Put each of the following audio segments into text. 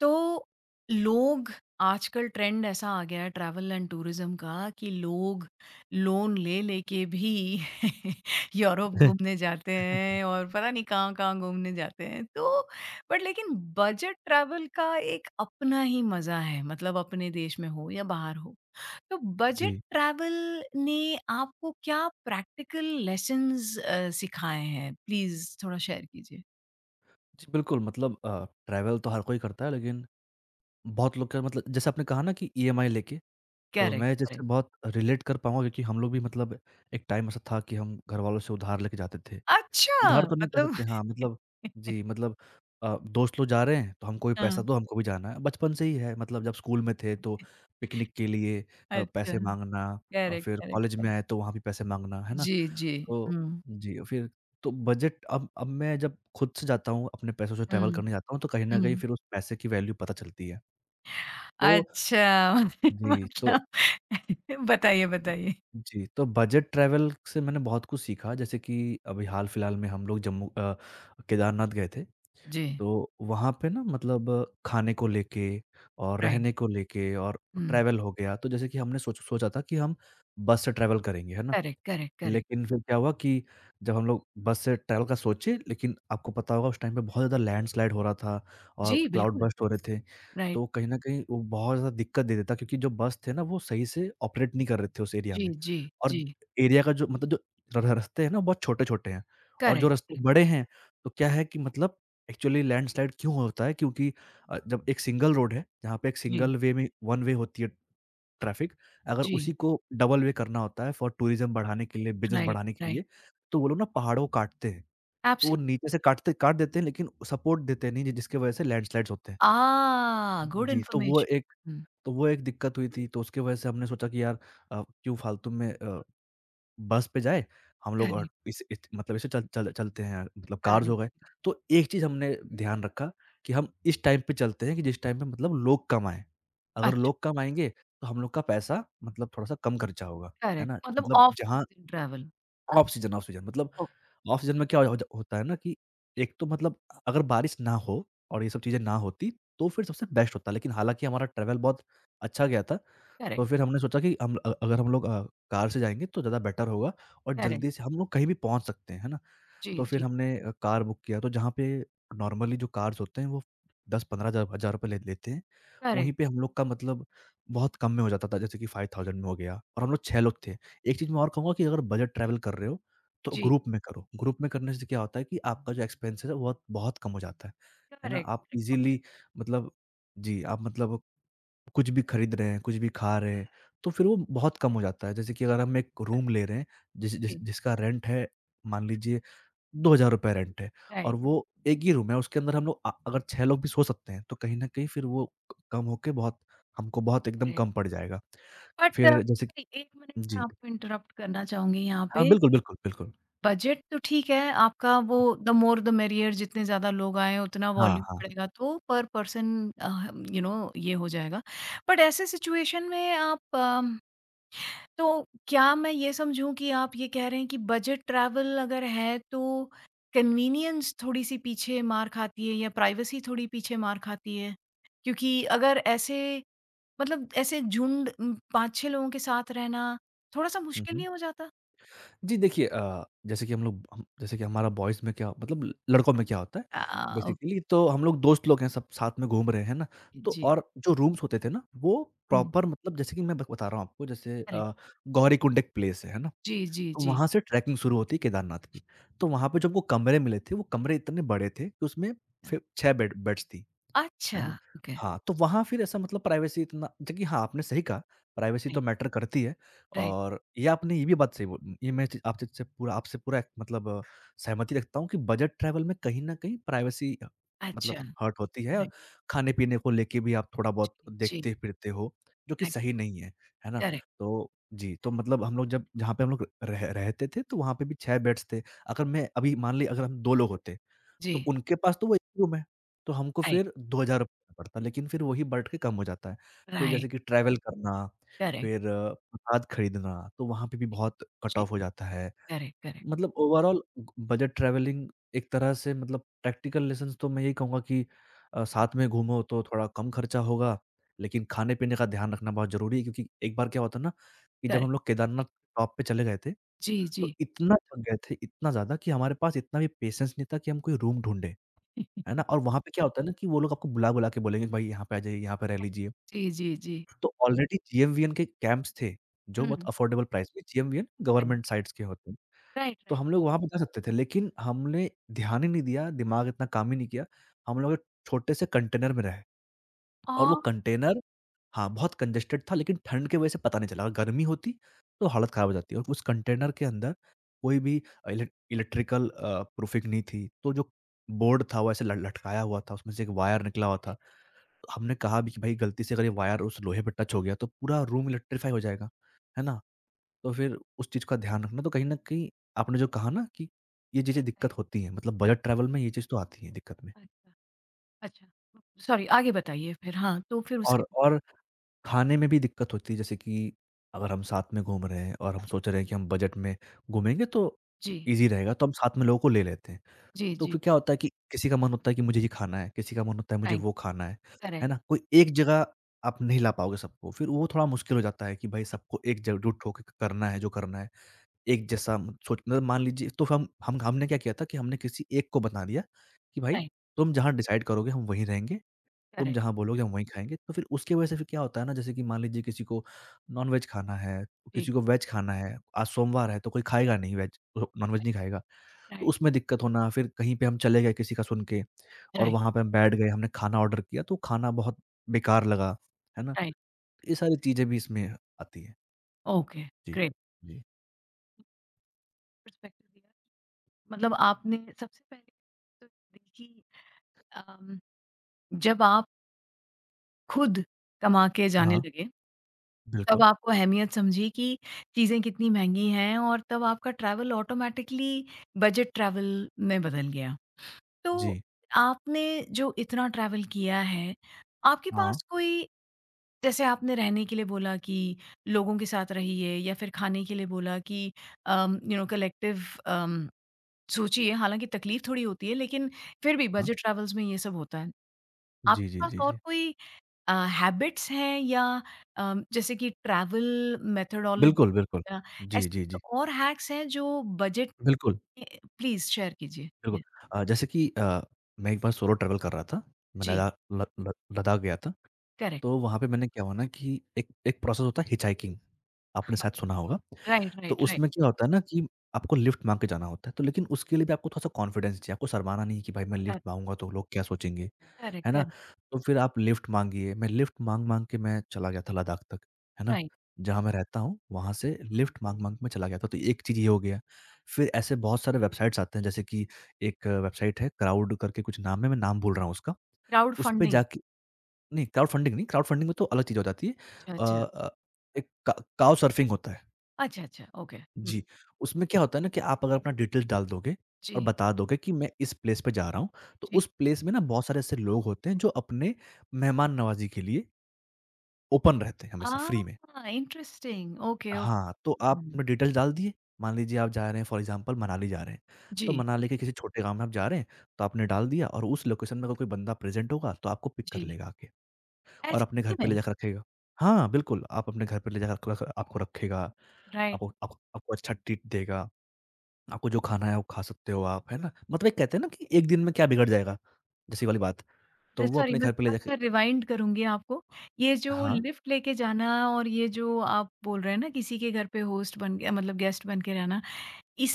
तो लोग आजकल ट्रेंड ऐसा आ गया है ट्रैवल एंड टूरिज्म का कि लोग लोन ले लेके भी यूरोप घूमने जाते हैं और पता नहीं कहाँ-कहाँ घूमने जाते हैं। तो बट लेकिन बजट ट्रैवल का एक अपना ही मज़ा है, मतलब अपने देश में हो या बाहर हो। तो बजट जी। ट्रैवल ने आपको क्या प्रैक्टिकल लेसन्स सिखाए हैं? प्लीज़ थोड़ा शेयर कीजिए। जी, बिल्कुल मतलब ट्रैवल तो हर कोई करता है लेकिन बहुत लोग का मतलब जैसे आपने कहा ना कि ईएमआई लेके, तो करेक्ट, मैं जैसे करेक्ट। बहुत रिलेट कर पाऊँगा क्योंकि हम लोग भी मतलब एक टाइम ऐसा था कि हम घरवालों से उधार लेके जाते थे। अच्छा! उधार तो नहीं कह मतलब सकते हाँ, मतलब जी, मतलब दोस्त लोग जा रहे हैं तो हमको भी हाँ, पैसा दो, हमको भी जाना है। बचपन से ही है मतलब जब स्कूल में थे तो पिकनिक के लिए अच्छा। पैसे माँगना और करेक्ट, फिर करेक्ट, कॉलेज में करेक्ट। आए तो वहाँ भी पैसे माँगना, है ना? जी, जी। तो हुँ, जी, फिर तो बजट अब मैं जब खुद से जाता हूँ, अपने पैसों से ट्रैवल हुँ, करने जाता हूँ, तो कहीं न कहीं हुँ। फिर उस पैसे की वैल्यू पता चलती है। तो अच्छा जी, तो मतलब बताइए, बताइए। जी, तो बजट ट्रैवल से मैंने बहुत कुछ सीखा, जैसे कि अभी हाल-फिलहाल में हम लोग जम्मू केदारनाथ गए थे, जी, तो वहाँ पे ना मतलब खाने को लेके और राइट। रहने को लेके और हुँ, ट्रैवल हो गया, तो जैसे कि हमने सोचा था कि हम बस से ट्रैवल करेंगे, है ना? Correct, correct, correct. लेकिन फिर क्या हुआ कि जब हम लोग बस से ट्रैवल का सोचे, लेकिन आपको पता होगा उस टाइम पे बहुत ज़्यादा लैंडस्लाइड हो रहा था और जी, क्लाउड बिल्कुल, बर्स्ट हो रहे थे। राइट। तो कहीं न कहीं वो बहुत ज़्यादा दिक्कत दे देता क्योंकि जो बस थे ना वो सही से ऑपरेट नहीं कर रहे थे उस एरिया जी, में। जी, और जी। एरिया का जो मतलब जो र रास्ते हैं ना बहुत छोटे-छोटे हैं और जो करेक्ट, रास्ते करेक्ट। बड़े हैं तो क्या है कि मतलब एक्चुअली लैंडस्लाइड क्यों होता है क्योंकि जब एक सिंगल रोड है, जहाँ पे एक जी, सिंगल वे में वन वे होती है ट्रैफ़िक अगर जी। उसी को डबल वे करना होता है फॉर टूरिज़्म बढ़ाने के लिए, बिज़नेस राइट, बढ़ाने के राइट। लिए, तो वो लोग ना पहाड़ों को काटते हैं। तो वो नीचे से एब्सोल्युटली। काट देते हैं लेकिन सपोर्ट देते नहीं हैं जिसकी वजह से लैंडस्लाइड्स होते हैं। आह! गुड जी, तो वो इन्फॉर्मेशन। एक हुँ, दिक्कत हुई थी तो उसकी वजह से हमने सोचा कि यार क्यों फालतू में बस पे जाए, हम लोग और करेक्ट, इस इत मतलब ऐसे चल चल चलते हैं मतलब कार्स हो करेक्ट। गए। तो एक चीज़ हमने ध्यान रखा कि हम इस टाइम पे चलते हैं कि जिस टाइम पे मतलब लोग कम आएँ। अगर अच्छा, लोग कम आएँगे तो हम लोग का पैसा मतलब थोड़ा-सा कम खर्चा होगा, है करेक्ट ना? मतलब मतलब ऑफ जहाँ सीज़न ट्रैवल। ऑफ सीज़न मतलब ओके, ऑफ सीज़न में क्या हो ज होता है ना कि एक तो मतलब अगर बारिश ना हो और ये सब चीज़ें ना होती तो फिर सबसे बेस्ट होता। लेकिन हालाँकि हमारा ट्रैवल बहुत अच्छा गया था। तो करेक्ट, फिर हमने सोचा कि हम अ अगर हम लोग अ, कार से जाएँगे तो ज़्यादा बेटर होगा और करेक्ट। जल्दी से हम लोग कहीं भी पहुँच सकते हैं, है ना? जी, तो फिर जी। हमने कार बुक किया तो जहाँ पे नॉर्मली जो कार्स होते हैं वो 10-15 हज़ार हज़ार रुपए ले लेते हैं, वहीं करेक्ट, पे हम लोग का मतलब बहुत कम में हो जाता था जैसे कि 5000 में हो गया और हम लोग 6 लोग थे। एक चीज़ मैं और कहूँगा कि अगर बजट ट्रैवल कर रहे हो, तो जी। ग्रुप में करो। ग्रुप में करने से क्या होता है कि आपका जो एक्सपेंसेस है वो बहुत बहुत कम हो जाता है ना? करेक्ट, आप करेक्ट, इज़िली ऑब्वियस, मतलब जी, आप मतलब कुछ भी खरीद रहे हैं, कुछ भी खा रहे हैं, तो फिर वो बहुत कम हो जाता है। जैसे कि अगर हम एक रूम करेक्ट, ले रहे हैं, जिस जिस जी, जिसका रेंट है, मान लीजिए ₹2000 रेंट है और राइट, वो एक ही रूम है, उसके अंदर हम लोग अगर 6 लोग भी सो सकते हैं, तो कहीं न कहीं राइट, फिर वो क कम होके बहुत हमको बहुत एकदम करेक्ट। कम पड़ जाएगा। बट फिर जैसे कि सॉरी 1 मिनट मैं जी। आपको इंटरप्ट करना चाहूँगी यहाँ हाँ, पे। बिल्कुल, बिल्कुल, बिल्कुल। बजट तो ठीक है, आपका वो द मोर द मेरियर जितने ज़्यादा लोग आएँ उतना हाँ, वॉल्यूम हाँ। हाँ। बढ़ेगा तो पर पर्सन यू नो ये हो जाएगा। बट ऐसे सिचुएशन में आप तो क्या मैं ये समझूँ कि आप ये कह रहे हैं कि बजट ट्रैवल अगर है तो कन्वीनियंस थोड़ी-सी पीछे मार खाती है या प्राइवेसी थोड़ी पीछे मार खाती है? क्योंकि अगर ऐसे मतलब ऐसे झुंड 5-6 लोगों के साथ रहना थोड़ा-सा हुँ, मुश्किल हुँ। नहीं हो जाता? जी, देखिए जैसे कि हम लोग हम जैसे कि हमारा बॉयज़ में क्या मतलब लड़कों में क्या होता है, अ, ओके बेसिकली तो हम लोग दोस्त लोग हैं सब साथ में घूम रहे हैं ना, तो जी। और जो रूम्स होते थे ना, वो हुँ, प्रॉपर मतलब जैसे कि मैं ब बता रहा हूँ आपको जैसे करेक्ट। गौरीकुंड एक प्लेस है ना? जी, जी, तो जी। वहाँ से ट्रैकिंग शुरू होती है केदारनाथ की। तो वहाँ पे जो हमको कमरे मिले थे, वो कमरे इतने बड़े थे कि उसमें अ, फिर 6 बेड्स थी। है अच्छा, ना? ओके, हाँ, तो वहाँ फिर ऐसा मतलब प्राइवेसी इतना जबकि हाँ, आपने सही कहा, प्राइवेसी तो राइट, मैटर करती है राइट, और ये आपने ये भी बात सही बो ये मैं चीज़ आपसे पूरा एक मतलब सहमति रखता हूँ कि बजट ट्रैवल में कहीं न कहीं प्राइवेसी मतलब अच्छा, हर्ट होती है और राइट, खाने-पीने को लेके भी आप थोड़ा बहुत जी, देखते-फिरते हो, जो कि राइट, सही नहीं है, है ना? करेक्ट, तो जी, तो मतलब हम लोग जब जहाँ पे हम लोग रह रहते थे, तो वहाँ पे भी 6 बेड्स थे। अगर मैं अभी मान लीजिए अगर हम 2 लोग होते, तो जी, उनके पास तो वो 1 रूम है। तो हमको राइट, फिर ₹2000 देना पड़ता है, लेकिन फिर वही बढ़ के कम हो जाता है। फिर राइट, जैसे कि ट्रैवल करना, करेक्ट, फिर प्रसाद खरीदना, तो वहाँ पे भी जी, बहुत कट जी, ऑफ हो जाता है। करेक्ट, करेक्ट, मतलब ओवरॉल बजट ट्रैवलिंग एक तरह से मतलब प्रैक्टिकल लेसन्स तो मैं यही कहूँगा कि राइट, साथ में घूमो तो थोड़ा कम खर्चा होगा, लेकिन खाने-पीने का ध्यान रखना बहुत ज़रूरी है क्योंकि एक बार क्या होता है ना कि जब हम करेक्ट, लोग केदारनाथ टॉप पे चले गए थे, जी, तो जी, इतना थक गए थे, इतना ज़्यादा कि हमारे पास इतना भी पेशेंस नहीं था कि हम कोई रूम ढूँढे। है ना? और वहाँ पे क्या होता है ना कि वो लोग आपको बुला-बुला के बोलेंगे कि भाई यहाँ पे आ जाइए, यहाँ पे रह लीजिए। जी, जी, जी, तो ऑलरेडी जीएमवीएन के कैंप्स थे, जो बहुत हुँ, अफोर्डेबल प्राइस में जीएमवीएन राइट, गवर्नमेंट साइट्स के होते हैं। राइट, तो राइट, हम लोग वहाँ पे जा सकते थे, लेकिन हमने ध्यान ही नहीं दिया, दिमाग इतना काम ही नहीं किया। हम लोग एक छोटे से कंटेनर में रहे और वो और कंटेनर हाँ, बहुत कंजेस्टेड था लेकिन ठंड की वजह से पता नहीं चला। अगर गर्मी होती तो हालत खराब हो जाती और उस कंटेनर के अंदर कोई भी इलेक्ट्रिकल प्रूफिंग नहीं थी। तो जो बोर्ड था वो ऐसे ल लटकाया हुआ था, उसमें से एक वायर निकला हुआ था। हमने कहा भी कि भाई गलती से अगर ये वायर उस लोहे पे टच हो गया तो पूरा रूम इलेक्ट्रीफाई हो जाएगा, है ना? तो फिर उस चीज़ का ध्यान रखना तो कहीं न कहीं आपने जो कहा ना कि ये चीज़ें दिक्कत राइट, होती हैं, मतलब राइट, बजट ट्रैवल में ये चीज़ तो आती है दिक्कत में। राइट, अच्छा, अच्छा, सॉरी आगे बताइए फिर हाँ, तो फिर उसके और खाने में भी दिक्कत होती है जैसे कि अगर हम साथ में घूम रहे हैं और हम जी, सोच रहे हैं कि हम बजट में घूमेंगे तो जी, ईज़ी रहेगा तो हम साथ में लोगों को ले लेते हैं। जी, तो जी। फिर क्या होता है कि किसी का मन होता है कि मुझे ये खाना है, किसी का मन होता है मुझे राइट, वो खाना है करेक्ट, ना? कोई एक जगह आप नहीं ला पाओगे सबको, फिर वो थोड़ा मुश्किल हो जाता है कि भाई जी, सबको एकजुट होके करना है जो करना है। एक जैसा सोच मतलब मान लीजिए तो हम हमने क्या किया था कि हमने किसी एक को बता दिया कि भाई राइट, तुम जहाँ डिसाइड करोगे हम वहीं रहेंगे, तुम करेक्ट, जहाँ बोलोगे हम वहीं खाएँगे। तो फिर उसकी वजह से फिर क्या होता है ना जैसे कि मान लीजिए किसी को नॉन-वेज खाना है, जी, किसी को वेज खाना है, आज सोमवार है तो कोई खाएगा नहीं वेज, नॉन-वेज नहीं राइट, खाएगा। तो राइट, उसमें दिक्कत होना, फिर कहीं पे हम चले गए किसी का सुन के और राइट, वहाँ पे हम बैठ गए, हमने खाना ऑर्डर किया तो खाना बहुत बेकार लगा, है ना? राइट, ये सारी चीज़ें भी इसमें आती हैं। ओके, जी, ग्रेट। जी। पर्सपेक्टिव दिया, मतलब आपने सबसे पहले तो देखिए अम, जब आप खुद कमा के जाने हाँ, लगे, तब बिल्कुल। आपको अहमियत समझी कि चीज़ें कितनी महँगी हैं और तब आपका ट्रैवल ऑटोमैटिकली बजट ट्रैवल में बदल गया। तो जी। आपने जो इतना ट्रैवल किया है, आपके हाँ, पास कोई जैसे आपने रहने के लिए बोला कि लोगों के साथ रहिए या फिर खाने के लिए बोला कि यू नो कलेक्टिव सोचिए हालांकि तकलीफ थोड़ी होती है लेकिन फिर भी हाँ। बजट ट्रैवल्स में ये सब होता है जी, आपके जी, पास जी, और जी। कोई हैबिट्स हैं या जैसे कि ट्रैवल मेथडोलॉजी बिल्कुल, बिल्कुल। जी, जी, ऐसे जी। कोई और हैक्स हैं जो बजट बिल्कुल, प्लीज शेयर कीजिए बिल्कुल। जैसे कि मैं एक बार सोलो ट्रैवल कर रहा था। मैं जी लदा ल ल लद्दाख गया था, करेक्ट तो वहाँ पे मैंने क्या हुआ ना कि एक एक प्रोसेस होता है हिचहाइकिंग, आपने शायद सुना होगा। राइट तो राइट राइट उसमें क्या होता है ना कि आपको लिफ्ट माँग के जाना होता है, तो लेकिन उसके लिए भी आपको थोड़ा-सा कॉन्फिडेंस चाहिए, आपको शर्माना नहीं है कि भाई मैं लिफ्ट करेक्ट माँगूँगा तो लोग क्या सोचेंगे, है ना? करेक्ट तो फिर आप लिफ्ट माँगिए, मैं लिफ्ट माँग-माँग के मैं चला गया था लद्दाख तक, है ना? राइट जहाँ मैं रहता हूँ, वहाँ से लिफ्ट माँग-माँग के मैं चला गया था, तो एक चीज़ ये हो गया। फिर ऐसे बहुत सारे वेबसाइट्स आते हैं, जैसे कि एक वेबसाइट है क्राउड करके कुछ नाम है, मैं नाम भूल रहा हूँ उसका, क्राउड उस पे फंडिंग जाके नहीं क्राउड फंडिंग नहीं, क्राउड फंडिंग में तो अलग चीज़ हो जाती है। अच्छा अ अच्छा अ, एक का काउ सर्फिंग होता है। अच्छा अच्छा ओके जी, उसमें क्या होता है ना कि आप अगर अपना डिटेल्स डाल दोगे और जी बता दोगे कि मैं इस प्लेस पे जा रहा हूँ, तो जी। उस प्लेस में ना बहुत सारे ऐसे लोग होते हैं जो अपने मेहमान नवाज़ी के लिए ओपन रहते हैं हमेशा फ्री में। आह! इंटरेस्टिंग। Okay, okay. हाँ, तो आप अपने डिटेल्स डाल दिए, मान लीजिए आप जा रहे हैं फॉर एग्ज़ाम्पल मनाली जा रहे हैं, तो जी, मनाली के किसी छोटे गाँव में आप जा रहे हैं, तो आपने डाल दिया और उस लोकेशन में अगर कोई बंदा प्रेज़ेंट होगा तो आपको पिक कर जी। लेगा आके और ऐसी अपने घर ही पे में ले जाकर रखेगा। हाँ, बिल्कुल, आप अपने घर पे ले जाकर आपको रखेगा, राइट। आपको आपको आपको अच्छा ट्रीट देगा। आपको जो खाना है वो खा सकते हो आप, है ना? मतलब एक कहते हैं ना कि एक दिन में क्या बिगड़ जाएगा, जैसे ये वाली बात। रे तो वो सॉरी अपने मैं घर पे ले थोड़ा जाके सा रिवाइंड करूँगी आपको। ये जो हाँ, लिफ्ट लेके जाना और ये जो आप बोल रहे हैं ना किसी के घर पे होस्ट बन के मतलब गेस्ट बन के रहना,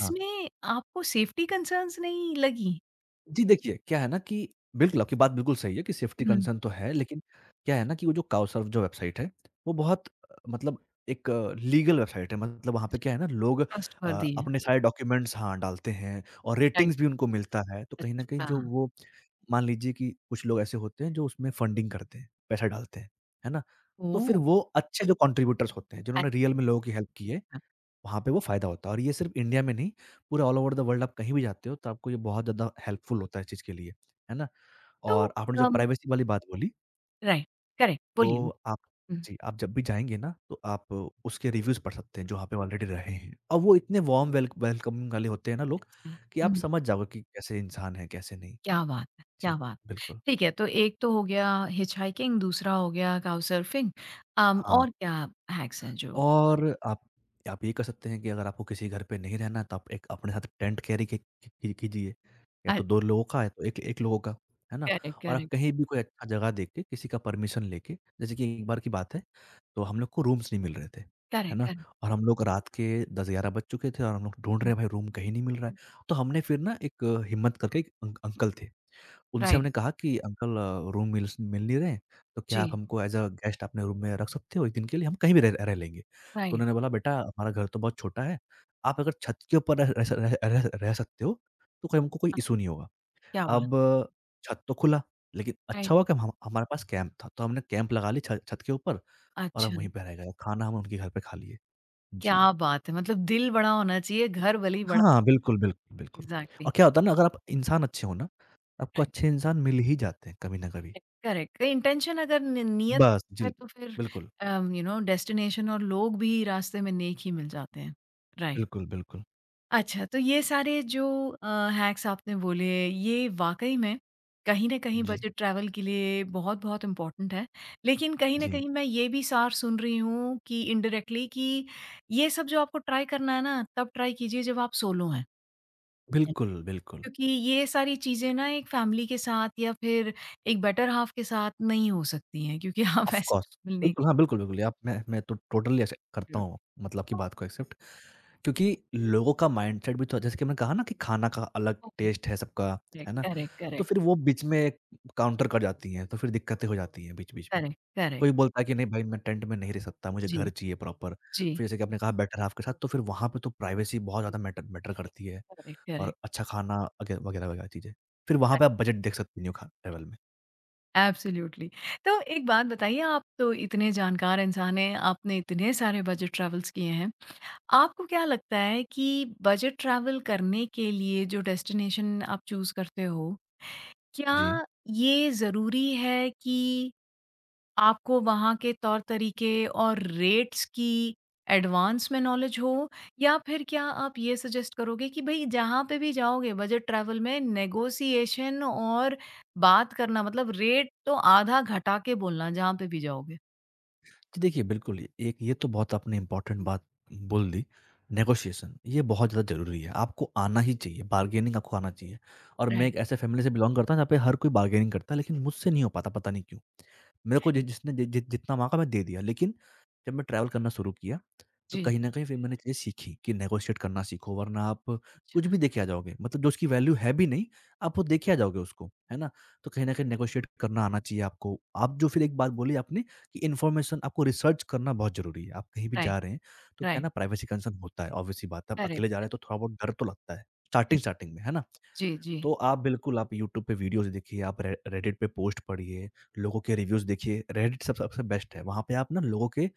हाँ। आपको सेफ्टी कंसर्न्स नहीं लगी? जी, देखिए, क्या है ना कि बिल्कुल, आपकी बात बिल्कुल सही है कि सेफ्टी हुँ। कंसर्न तो है, लेकिन क्या है ना कि वो जो काउसर्व जो वेबसाइट है, वो बहुत मतलब एक लीगल वेबसाइट है। मतलब वहाँ पे अच्छा, क्या है ना लोग ट्रस्टवर्दी है। अपने सारे डॉक्यूमेंट्स हाँ, डालते हैं और राइट। रेटिंग्स भी उनको मिलता है। तो कहीं न कहीं अच्छा। जो वो मान लीजिए कि कुछ लोग ऐसे होते हैं जो उसमें फंडिंग करते हैं, पैसा डालते हैं, है ना? तो फिर ओह! वो अच्छे जो कंट्रीब्यूटर्स होते हैं, जिन्होंने रियल में लोगों की हेल्प की है, अच्छा। वहाँ पे वो फ़ायदा होता है और ये सिर्फ़ इंडिया में नहीं, पूरे ऑल ओवर द वर्ल्ड आप कहीं भी जाते हो तो आपको ये बहुत ज़्यादा हेल्पफुल होता है इस चीज़ के लिए, है ना? तो और आपने जो अम, प्राइवेसी वाली बात बोली, राइट, करेक्ट बोलिए। तो आप हुँ, जी, आप जब भी जाएँगे ना तो आप उसके रिव्यूज़ पढ़ सकते हैं जो वहाँ पे ऑलरेडी रहे हैं और वो इतने वार्म वेलकमिंग वाले होते हैं ना लोग अच्छा। कि आप हुँ। समझ जाओगे कि कैसे इंसान है, कैसे नहीं। क्या बात है! क्या जी, बात! बिल्कुल। ठीक है, तो एक तो हो गया हिचहाइकिंग, दूसरा हो गया काउचसर्फिंग हाँ। और क्या हैक्स हैं जो और आप ये कर सकते हैं कि अगर आपको किसी घर पे नहीं रहना है, तो आप एक अपने साथ टेंट कैरी कीजिए। या अ, तो 2 लोगों का या तो 1-1 लोगों का, है ना? करेक्ट, और आप करेक्ट, कहीं भी कोई अच्छा जगह देख के, किसी का परमिशन लेके जैसे कि एक बार की बात है, तो हम लोग को रूम्स नहीं मिल रहे थे, है करेक्ट, ना? करेक्ट। और हम लोग रात के 10-11 बज चुके थे और हम लोग ढूँढ रहे हुँ, हैं भाई रूम कहीं नहीं मिल रहा है। हुँ। तो हमने फिर ना एक हिम्मत करके एक अंकल थे। उनसे राइट, हमने कहा कि अंकल रूम मिल नहीं रहे हैं, तो क्या आप जी, हमको ऐज़ अ गेस्ट अपने रूम में रख सकते हो एक दिन के लिए? हम कहीं भी रह रह लेंगे। तो राइट। उन्होंने बोला बेटा हमारा घर तो बहुत छोटा है, आप अगर छत के ऊपर रह रह स रह रह रह सकते हो, तो कोई हमको कोई अ, इश्यू नहीं होगा। क्या बात! अब छत तो खुला, लेकिन अच्छा राइट, हुआ कि हम हमारे पास कैंप था, तो हमने कैंप लगा ली छ छत के ऊपर और हम अच्छा, वहीं पे रह गए, खाना हम उनके घर पे खा लिए। जी। क्या बात है! मतलब दिल बड़ा होना चाहिए, घर भले ही बड़ा हाँ, बिल्कुल, बिल्कुल, बिल्कुल। एग्ज़ैक्टली, और क्या होता है ना अगर आप इंसान अच्छे हो ना, आपको राइट, अच्छे इंसान मिल ही जाते हैं कभी ना कभी। Right, correct. इंटेंशन अगर नि नियत बस, जी। है तो फिर बिल्कुल, यू नो डेस्टिनेशन और लोग भी रास्ते में नेक ही मिल जाते हैं। राइट। बिल्कुल, बिल्कुल। अच्छा, तो ये सारे जो अ, हैक्स आपने बोले, ये वाक़ई में कहीं न कहीं जी, बजट ट्रैवल के लिए बहुत-बहुत इम्पोर्टेंट है। लेकिन कहीं न जी। कहीं मैं ये भी सार सुन रही हूँ कि इनडायरेक्टली कि ये सब जो आपको ट्राई करना है ना, तब ट्राई कीजिए जब आप सोलो हैं। बिल्कुल, बिल्कुल। क्योंकि ये सारी चीज़ें ना एक फैमिली के साथ या फिर एक बेटर हाल्फ के साथ नहीं हो सकती हैं क्योंकि आप ऑफ़ ऐसे कोर्स ट्रैवल नहीं बिल्कुल, हाँ, बिल्कुल, बिल्कुल। आप मैं तो टोटली एक्सेप्ट कर करता रहे हो। हूँ मतलब आपकी बात को एक्सेप्ट क्योंकि लोगों का माइंडसेट भी तो जैसे कि मैंने कहा ना कि खाना का अलग तो करेक्ट, टेस्ट है सबका, है करेक्ट, ना? तो करेक्ट, फिर वो बीच में काउंटर कर जाती हैं, तो फिर दिक्कतें हो जाती हैं बीच-बीच में। करेक्ट, करेक्ट, कोई करेक्ट। बोलता है कि नहीं भाई मैं टेंट में नहीं रह सकता, मुझे जी, घर चाहिए प्रॉपर। जी, फिर जैसे कि आपने कहा बेटर हाल्फ के साथ तो फिर वहाँ पे तो प्राइवेसी बहुत जी। ज़्यादा मैटर मैटर करती है करेक्ट, और करेक्ट। अच्छा खाना अगे वगैरह-वगैरह चीज़ें। फिर वहाँ पे आप बजट देख सकते हो खा ट्रैवल में। एब्सोल्युटली। तो एक बात बताइए, आप तो इतने जानकार इंसान हैं, आपने इतने सारे बजट ट्रैवल्स किए हैं। आपको क्या लगता है कि बजट ट्रैवल करने के लिए जो डेस्टिनेशन आप चूज़ करते हो, क्या जी। ये ज़रूरी है कि आपको वहाँ के तौर-तरीके और रेट्स की एडवांस में नॉलेज हो या फिर क्या आप ये सजेस्ट करोगे कि भई जहाँ पे भी जाओगे बजट ट्रैवल में नेगोशिएशन और बात करना मतलब रेट तो आधा घटा के बोलना जहाँ पे भी जाओगे? जी देखिए, बिल्कुल, एक ये तो बहुत आपने इम्पोर्टेंट बात बोल दी, नेगोशिएशन, ये बहुत ज़्यादा ज़रूरी है, आपको आना ही चाहिए, बार्गेनिंग आपको आना चाहिए और मैं राइट, एक ऐसे फैमिली से बिलॉन्ग करता हूँ, जहाँ पे हर कोई बार्गेनिंग करता है, लेकिन मुझसे नहीं हो पाता, पता नहीं क्यों? मेरे को जि जिसने जि जि जितना माँगा, मैं दे दिया, लेकिन जब मैं ट्रैवल करना शुरू किया, तो जी। कहीं न कहीं फिर मैंने चीज़ें सीखी कि नेगोशिएट करना सीखो, वरना आप कुछ अच्छा, भी दे के आ जाओगे, मतलब जो उसकी वैल्यू है भी नहीं, आप वो दे के आ जाओगे उसको, है ना? तो कहीं न कहीं नेगोशिएट करना आना चाहिए आपको। आप जो फिर एक बात बोली आपने कि इन्फॉर्मेशन आपको रिसर्च करना बहुत ज़रूरी है। आप कहीं भी राइट, जा रहे हैं, तो क्या है राइट, ना प्राइवेसी कंसर्न होता है, ऑब्वियस सी बात है। आप अकेले जा रहे करेक्ट, हैं, तो थोड़ा बहुत डर तो लगता है, करेक्ट। स्टार्टिंग-स्टार्टिंग में, है ना? जी, जी, तो आप बिल्कुल आप यूट्यूब पे वीडियोज़ देखिए, आप रे रेडिट पे पोस्ट पढ़िए, लोगों के रिव्यूज़ देखिए। रेडिट सब सबसे बेस्ट है, वहाँ पे आप ना लोगों के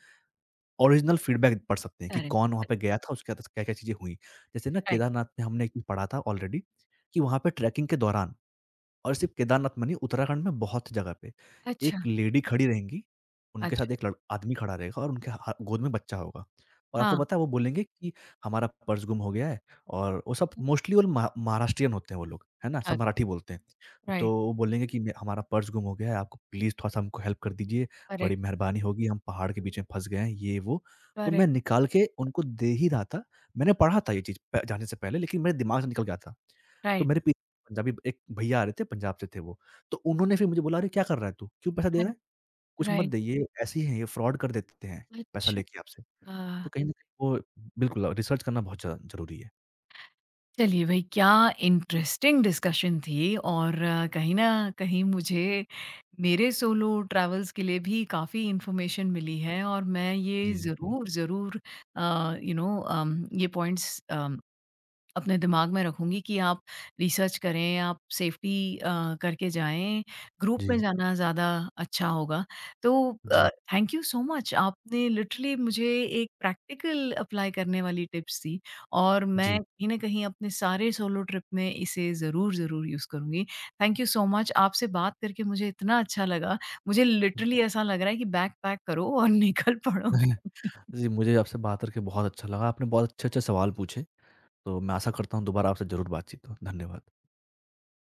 ओरिजिनल फीडबैक पढ़ सकते हैं कि करेक्ट, कौन वहाँ करेक्ट, पे गया था, उसके बाद क्या-क्या चीज़ें हुई। जैसे ना राइट। केदारनाथ में हमने एक चीज़ पढ़ा था ऑलरेडी कि वहाँ पे ट्रैकिंग के दौरान और सिर्फ केदारनाथ में नहीं, उत्तराखंड में बहुत जगह पे। अच्छा, एक लेडी खड़ी रहेंगी, उनके साथ अच्छा, एक लड़ आदमी खड़ा रहेगा और उनके हा गोद में बच्चा होगा। और आपको हाँ, पता है वो बोलेंगे कि हमारा पर्स गुम हो गया है और वो सब मोस्टली वो लोग महाराष्ट्रियन होते हैं वो लोग, है ना? सब अ, मराठी बोलते हैं। तो राइट, वो बोलेंगे कि मे हमारा पर्स गुम हो गया है, आपको प्लीज़ थोड़ा-सा हमको हेल्प कर दीजिए, बड़ी करेक्ट, मेहरबानी होगी, हम पहाड़ के बीच में फँस गए हैं, ये वो। तो मैं करेक्ट, निकाल के उनको दे ही रहा था। मैंने पढ़ा था ये चीज़ प जाने से पहले लेकिन मेरे दिमाग से निकल गया था। तो राइट, मेरे पीछे पंजाबी एक भैया आ रहे थे, पंजाब से थे वो। तो उन्होंने फिर मुझे बोला, "अरे! क्या कर रहा है तू? क्यों पैसा दे रहा राइट, है? कुछ मत राइट, दे, ये ऐसे ही हैं, ये फ्रॉड कर देते हैं, पैसा अच्छा। लेके आपसे।" तो कहीं न कहीं वो बिल्कुल रिसर्च करना बहुत ज़्यादा ज़रूरी है। चलिए भाई क्या इंटरेस्टिंग डिस्कशन थी और कहीं ना कहीं मुझे मेरे सोलो ट्रैवल्स के लिए भी काफ़ी इन्फॉर्मेशन मिली है और मैं ये जी, जी। ज़रूर ज़रूर यू नो ये पॉइंट्स अपने दिमाग में रखूँगी कि आप रिसर्च करें, आप सेफ्टी करके जाएँ, ग्रुप में जी, जाना ज़्यादा अच्छा होगा। तो अ, जी, थैंक यू सो मच आपने लिटरली मुझे एक प्रैक्टिकल अप्लाई करने वाली टिप्स दी और जी। मैं कहीं न कहीं अपने सारे सोलो ट्रिप में इसे ज़रूर, ज़रूर यूज़ करूँगी। थैंक यू सो मच आपसे बात करके मुझे इतना अच्छा लगा, मुझे लिटरली जी। ऐसा लग रहा है कि बैग पैक करो और निकल पड़ो। जी, मुझे आपसे बात करके बहुत अच्छा लगा। आपने बहुत अच्छे-अच्छे सवाल पूछे, तो मैं आशा करता हूँ दोबारा आपसे ज़रूर बातचीत हो। धन्यवाद।